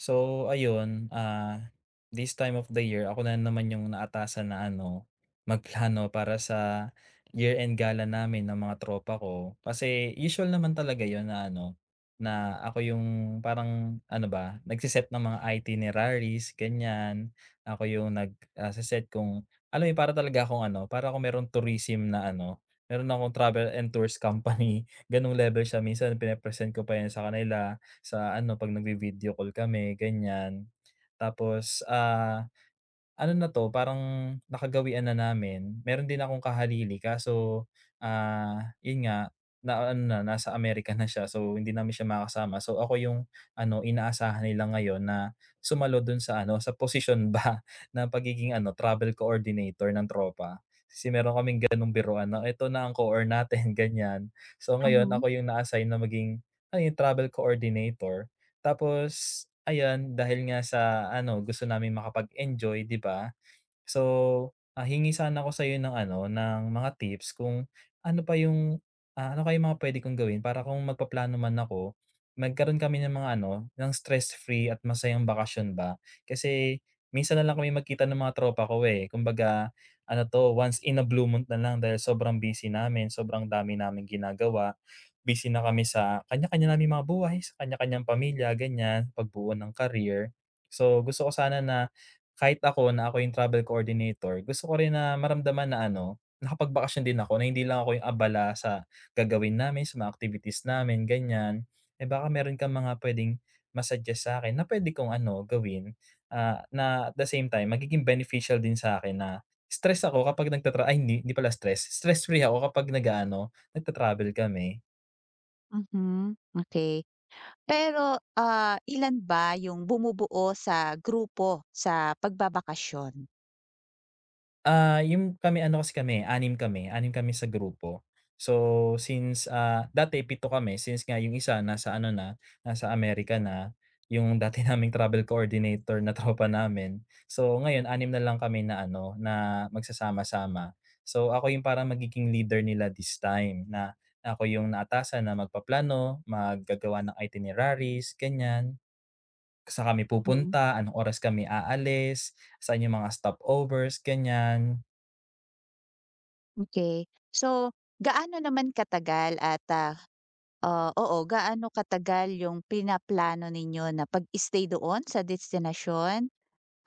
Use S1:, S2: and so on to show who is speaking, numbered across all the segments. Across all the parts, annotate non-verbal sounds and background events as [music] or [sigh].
S1: So ayun, this time of the year ako na naman yung naatasan na ano, magplano para sa year-end gala namin ng mga tropa ko. Kasi usual naman talaga yon na ano, na ako yung parang ano ba, nagse-set ng mga itineraries, ganyan. Ako yung nag set kung alam mo yun, para talaga akong ano, para ako meron tourism na ano, meron akong travel and tours company, [laughs] ganung level siya. Minsan pine-present ko pa yan sa kanila sa ano 'pag nagvi-video call kami ganyan. Tapos, ano na 'to parang nakagawian na namin. Meron din akong kahalili kaso, 'yun nga na ano na nasa Amerika na siya so hindi namin siya makakasama. So ako yung ano inaasahan nila ngayon na sumalo dun sa ano sa position ba [laughs] na pagiging ano travel coordinator ng tropa. Kasi meron kaming ganong biruan na eto na ang COOR natin [laughs] ganyan. So ngayon
S2: Mhm,
S1: ako yung na-assign na maging, yung travel coordinator. Tapos ayan, dahil nga sa ano, gusto namin makapag-enjoy, 'di ba? So, hingi sana ako sa'yo ng ano, ng mga tips kung ano pa yung, ano kayang mga puwede kong gawin para kung magpaplano man ako, magkaroon kami ng mga ano, ng stress-free at masayang bakasyon ba. Kasi minsan na lang kami magkita ng mga tropa ko, eh. Kumbaga ano 'to, once in a blue moon na lang dahil sobrang busy namin, sobrang dami namin ginagawa. Busy na kami sa kanya-kanya namin mga buhay, sa kanya-kanyang pamilya, ganiyan, pagbuo ng career. So, gusto ko sana na kahit ako na ako yung travel coordinator, gusto ko rin na maramdaman na ano, nakapagbakasyon din ako na hindi lang ako yung abala sa gagawin namin, sa mga activities namin, ganyan. Eh, baka meron kang mga puwedeng ma-suggest sa akin na puwede kong ano, gawin, na at the same time magiging beneficial din sa akin na stress ako kapag nagtatra ay hindi, hindi pala stress, stress free ako kapag nag-aano, nagta-travel kami.
S2: mhm, okay. Pero, ilan ba yung bumubuo sa grupo sa pagbabakasyon?
S1: Yung kami ano kasi kami, 6 kami, anim kami sa grupo. So, since, dati pito kami since nga yung isa nasa ano na, nasa Amerika na, yung dati [laughs] naming travel coordinator na tropa namin. So, ngayon anim na lang kami na ano, na magsasama-sama. So, ako yung parang magiging leader nila this time na ako yung naatasan na magpaplano, maggagawa ng itineraries, ganyan. Sa kami
S2: Mm,
S1: pupunta, anong oras kami aalis, saan yung mga stopovers, ganyan.
S2: okey. So, gaano naman katagal at, oo, gaano katagal yung pinaplano ninyo na pag-stay doon sa destinasyon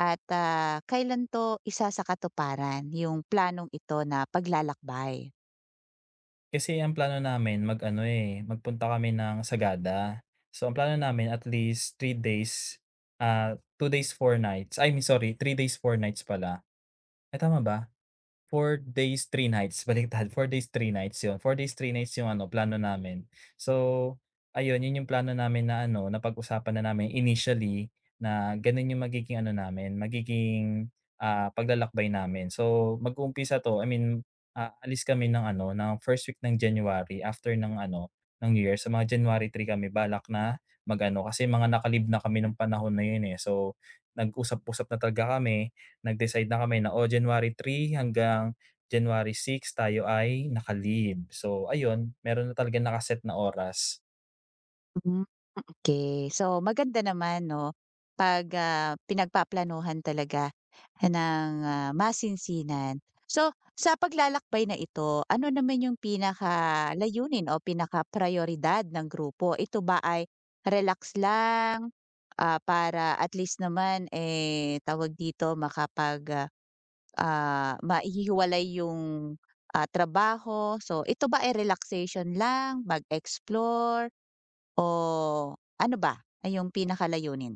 S2: at, kailan 'to isa sa isasakatuparan yung planong ito na paglalakbay?
S1: Kasi ang plano namin mag-ano, eh, magpunta kami ng Sagada. So, ang plano namin at least 3 days, 2 days, 4 nights. I mean sorry, 3 days, 4 nights pala. Ay, tama ba? 4 days, 3 nights, [laughs] baliktad. 4 days, 3 nights 'yun. 4 days, 3 nights 'yung ano, plano namin. So, ayun 'yun 'yung plano namin na ano, napag-usapan na namin initially na gano'n 'yung magiging ano namin, magiging, paglalakbay namin. So, mag-uumpisa 'to, I mean, alis kami ng ano, ng first week ng January, after ng ano, ng New Year. Sa mga January 3 kami balak na mag-ano, kasi mga nakalib na kami ng panahon na 'yun, eh. So, nag-usap-usap na talaga kami nag-decide na kami na, "O, January 3 hanggang January 6 tayo ay naka-leave." So ayun, meron na talaga nakaset na oras.
S2: Hmm, okay. So, maganda naman 'no, 'pag, pinagpaplanuhan talaga ng, masinsinan. So, sa paglalakbay na ito, ano naman yung pinaka layunin o pinaka prioridad ng grupo? Ito ba ay relax lang, para at least naman, eh, tawag dito makapag, maihiwalay yung, trabaho? So, ito ba ay relaxation lang, mag-explore o ano ba ay yung pinakalayunin?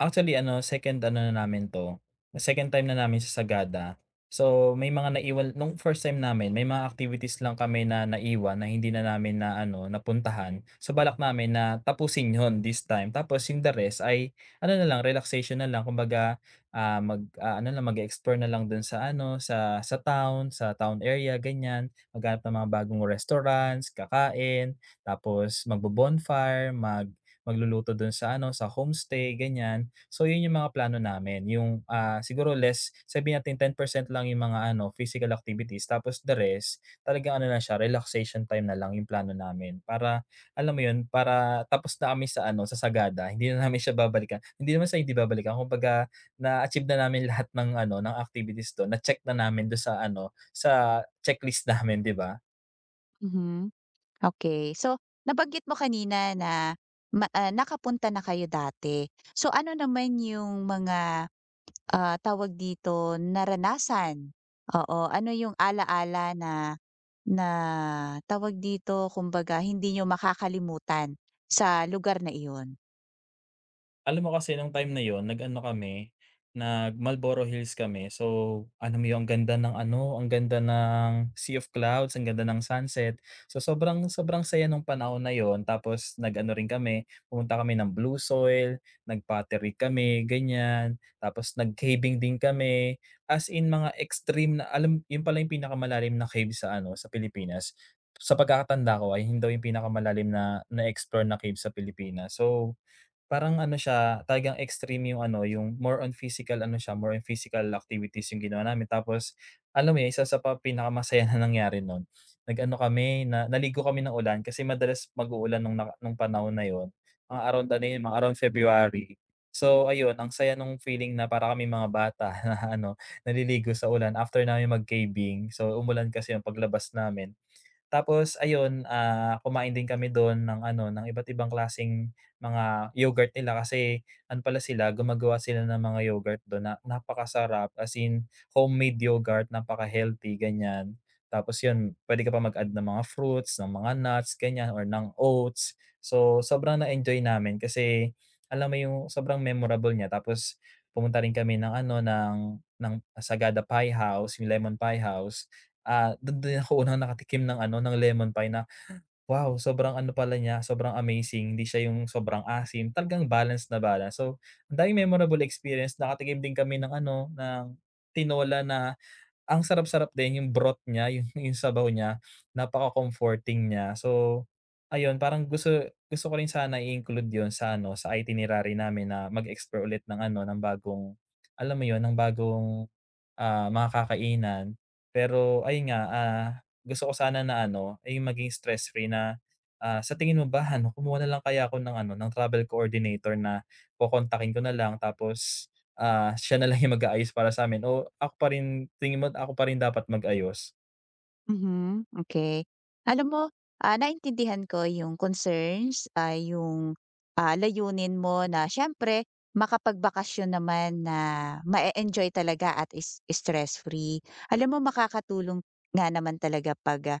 S1: Actually ano, second ano na namin 'to, second time na namin sa Sagada. So, may mga naiwan nung first time namin may mga activities lang kami na naiwan na hindi na namin na ano, napuntahan. So, balak namin na tapusin [laughs] yon this time. Tapos yung the rest ay ano na lang, relaxation na lang kumbaga, ano lang, mag-e-explore na lang dun sa ano, sa town, sa town area ganyan. Maghanap ng mga bagong restaurants, kakain, tapos magbo-bonfire, magluluto dun sa ano, sa homestay ganyan. So yun yung mga plano namin, yung, siguro less sabihin natin 10% lang yung mga ano, physical activities tapos the rest talaga ano na siya, relaxation time na lang yung plano namin. Para alam mo yun, para tapos na kami sa ano, sa sagada, hindi na namin siya babalikan. Hindi naman sa hindi babalikan, kumbaga na-achieve na namin [laughs] lahat ng ano, ng activities dun, na-check na namin dun sa ano, sa checklist namin, 'di ba?
S2: Mhm. Okey. So, nabanggit mo kanina na ma nakapunta na kayo dati. So, ano naman yung mga, tawag dito, naranasan? Oo, ano yung ala-ala na na tawag dito, kumbaga hindi niyo makakalimutan sa lugar na iyon?
S1: Alam mo kasi nung time na yon nag-ano kami, nag Marlboro Hills kami. So, alam mo yun ang ganda ng ano, ang ganda ng sea of clouds, ang ganda ng sunset. So, sobrang sobrang saya nung panahon na yon. Tapos nag-ano rin kami, pumunta kami ng Blue Soil, nag-pottery kami, ganyan. Tapos nag-caving din kami, as in mga extreme na alam yun pala yung pinakamalalim na cave sa ano, sa Pilipinas. Sa pagkakatanda ko ay hindi daw yung pinakamalalim na na-explore na cave sa Pilipinas. So parang ano siya, talagang extreme yung ano, yung more on physical ano siya, more on physical activities yung ginawa namin. Tapos alam mo yun, isa sa pinakamasaya [laughs] na nangyari nun, nag-ano kami, na naligo kami ng ulan kasi madalas mag-uulan nung nung panahon na yon mga around ano yun, mga around February. So ayun, ang saya nung feeling na para kami mga bata [laughs] na ano, naliligo sa ulan after namin mag-caving. So umulan kasi yung paglabas namin. Tapos ayun, kumain din kami dun ng ano, ng iba't ibang klaseng mga yogurt nila kasi ano pala sila, gumagawa sila ng mga yogurt dun na napakasarap as in homemade yogurt, napaka-healthy ganyan. Tapos yun, pwede ka pa mag-add ng mga fruits, ng mga nuts ganyan or ng oats. So, sobrang na-enjoy namin kasi alam mo yung sobrang memorable niya. Tapos pumunta rin kami ng ano, ng ng Sagada Pie House, yung Lemon Pie House. Dun din ako unang nakatikim ng ano, ng lemon pie na, wow, sobrang ano pala niya, sobrang amazing, hindi siya yung sobrang asim, talagang balance na balance. So, ang daming memorable experience, nakatikim din kami ng ano, ng tinola na ang sarap-sarap din yung broth niya, [laughs] yung sabaw niya, napaka-comforting niya. So, ayun parang gusto gusto ko rin sana i-include yun sa ano, sa itinerary namin na mag-explore ulit ng ano, ng bagong, alam mo yun, ng bagong mga kakainan. Pero ayun nga, gusto ko sana na ano, ay maging stress-free na, sa tingin mo ba ano, kumuha na lang kaya ako ng ano, ng travel coordinator na kokontakin ko na lang tapos, siya na lang yung mag-aayos para sa'min o ako pa rin tingin mo ako pa rin dapat mag-ayos?
S2: Mhm, okay. Alam mo, naintindihan ko yung concerns, yung, layunin mo na siyempre makapagbakasyon naman na mae-enjoy talaga at is stress-free. Alam mo makakatulong nga naman talaga 'pag, ah,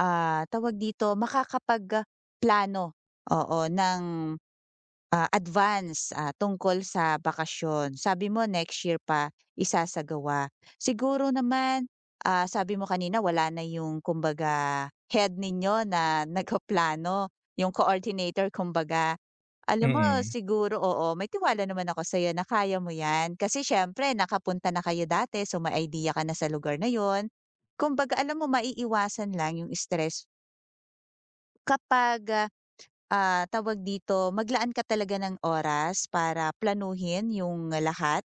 S2: ah, tawag dito, makakapag plano oo, ng advance, tungkol sa bakasyon. Sabi mo next year pa isasagawa. Siguro naman, sabi mo kanina wala na yung kumbaga head ninyo na [laughs] nagpaplano, yung coordinator kumbaga. Alam mo
S1: Mm,
S2: siguro oo, may tiwala naman ako sa'yo na kaya mo 'yan kasi siyempre nakapunta na kayo dati so may idea ka na sa lugar na 'yon. Kumbaga alam mo maiiwasan lang yung stress kapag, ah. Tawag dito, maglaan ka talaga ng oras para planuhin yung lahat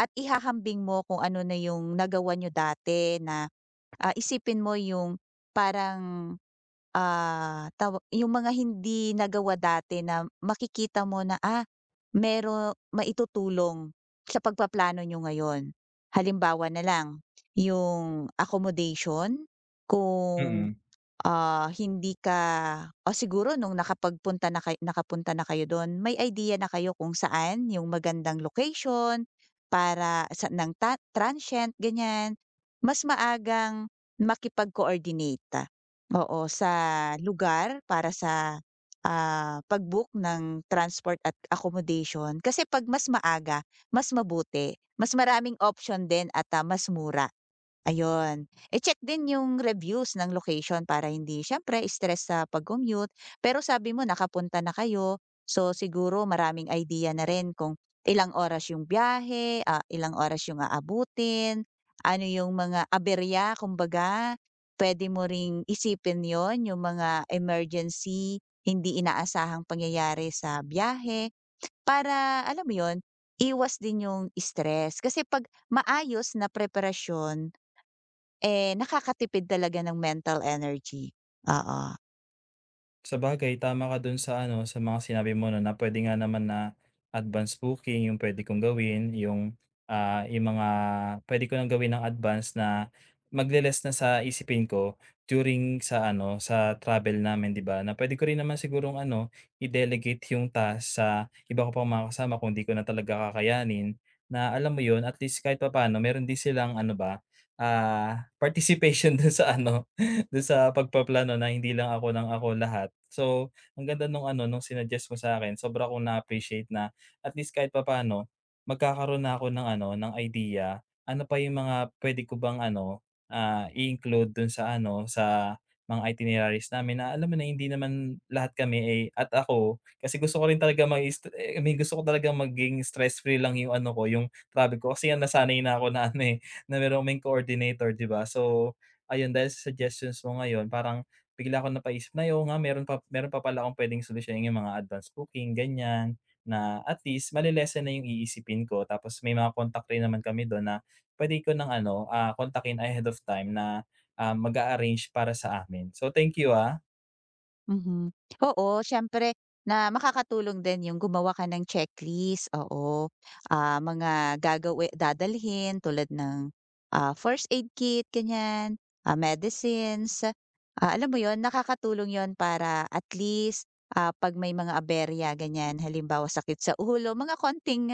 S2: at ihahambing mo kung ano na yung nagawa niyo dati na, isipin mo yung parang, tawa yung mga hindi nagawa dati na makikita mo na, mero maitutulong sa pagpaplano niyo ngayon. Halimbawa na lang, yung accommodation, kung
S1: mm.
S2: Hindi ka o siguro nung nakapagpunta na kay nakapunta na kayo dun, may idea na kayo kung saan yung magandang location para sa ng ta transient, ganyan. Mas maagang makipag-coordinate, oo, sa lugar para sa, pag-book ng transport at accommodation. Kasi 'pag mas maaga, mas mabuti, mas maraming option din at, mas mura. Ayun. I-check din yung reviews ng location para hindi siyempre stress sa pag-commute. Pero sabi mo nakapunta na kayo, so siguro maraming idea na rin kung ilang oras yung biyahe, ilang oras yung aabutin, ano yung mga aberya kumbaga. Puwede mo ring isipin 'yon, yung mga emergency, hindi inaasahang pangyayari sa biyahe para alam mo 'yon, iwas din yung stress. Kasi 'pag maayos na preparasyon eh, nakakatipid talaga ng mental energy, oo.
S1: Sabagay tama ka dun sa ano, sa mga sinabi mo 'no, na puwede nga naman na advance booking yung puwede kong gawin, yung, yung mga puwede ko ng gawin ng advance na magle-less na sa isipin ko during sa ano, sa travel namin 'di ba, na puwede ko rin naman sigurong ano, i-delegate yung task sa iba ko pang mga kasama kung 'di ko na talaga kakayanin, na alam mo yun, at least kahit papaano meron din silang ano ba, participation [laughs] dun sa ano, do'n sa pagpaplano na hindi lang ako lahat. So, ang ganda nung ano, nung sinuggest mo sa akin sobra kong na-appreciate na at least kahit papaano magkakaroon na ako ng ano, ng idea, ano pa yung mga puwede ko bang ano, i-include do'n sa ano, sa mga itineraries namin na alam mo na hindi naman lahat kami, eh at ako kasi gusto ko rin talaga mai-st I mean gusto ko talaga maging stress-free lang yung ano ko, yung travel ko kasi nga nasanay na ako na ano, eh, na merong may coordinator, 'di ba? So ayun, dahil sa suggestions mo ngayon parang bigla akong napaisip na ay oo nga meron pa pala akong puwedeng solusyonin yung mga advanced cooking ganyan, na at least male na yung iisipin ko tapos may mga contact rin naman kami dun na puwede ko ng ano, kontakin ahead of time na, mag-a-arrange para sa amin. So, thank you, ah.
S2: Mhm. Oo, siyempre na makakatulong din yung gumawa ka ng checklist, oo. Ah, mga gagawi dadalhin tulad ng, first aid kit ganyan, medicines. Ah, alam mo yon nakakatulong yon para at least, 'pag may mga aberya ganyan, halimbawa sakit sa ulo, mga konting,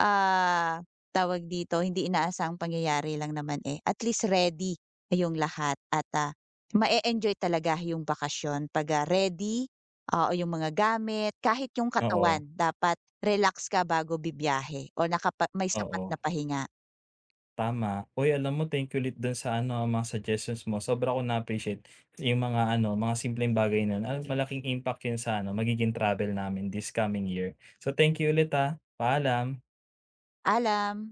S2: ah, tawag dito, hindi inaasang pangyayari lang naman, eh, at least ready yung lahat at, ah mae enjoy talaga yung bakasyon pagka ready, o yung mga gamit, kahit yung katawan
S1: Oo,
S2: dapat relax ka bago bibiyahe o nakapa may sapat
S1: oo.
S2: na pahinga.
S1: Tama. Uy, alam mo thank you ulit dun sa ano, mga suggestions mo. Sobra ko na-appreciate yung mga ano, mga simpleng bagay na alam, malaking impact yun sa ano, magiging travel namin this coming year. So, thank you ulit, ah. Paalam.
S2: Alam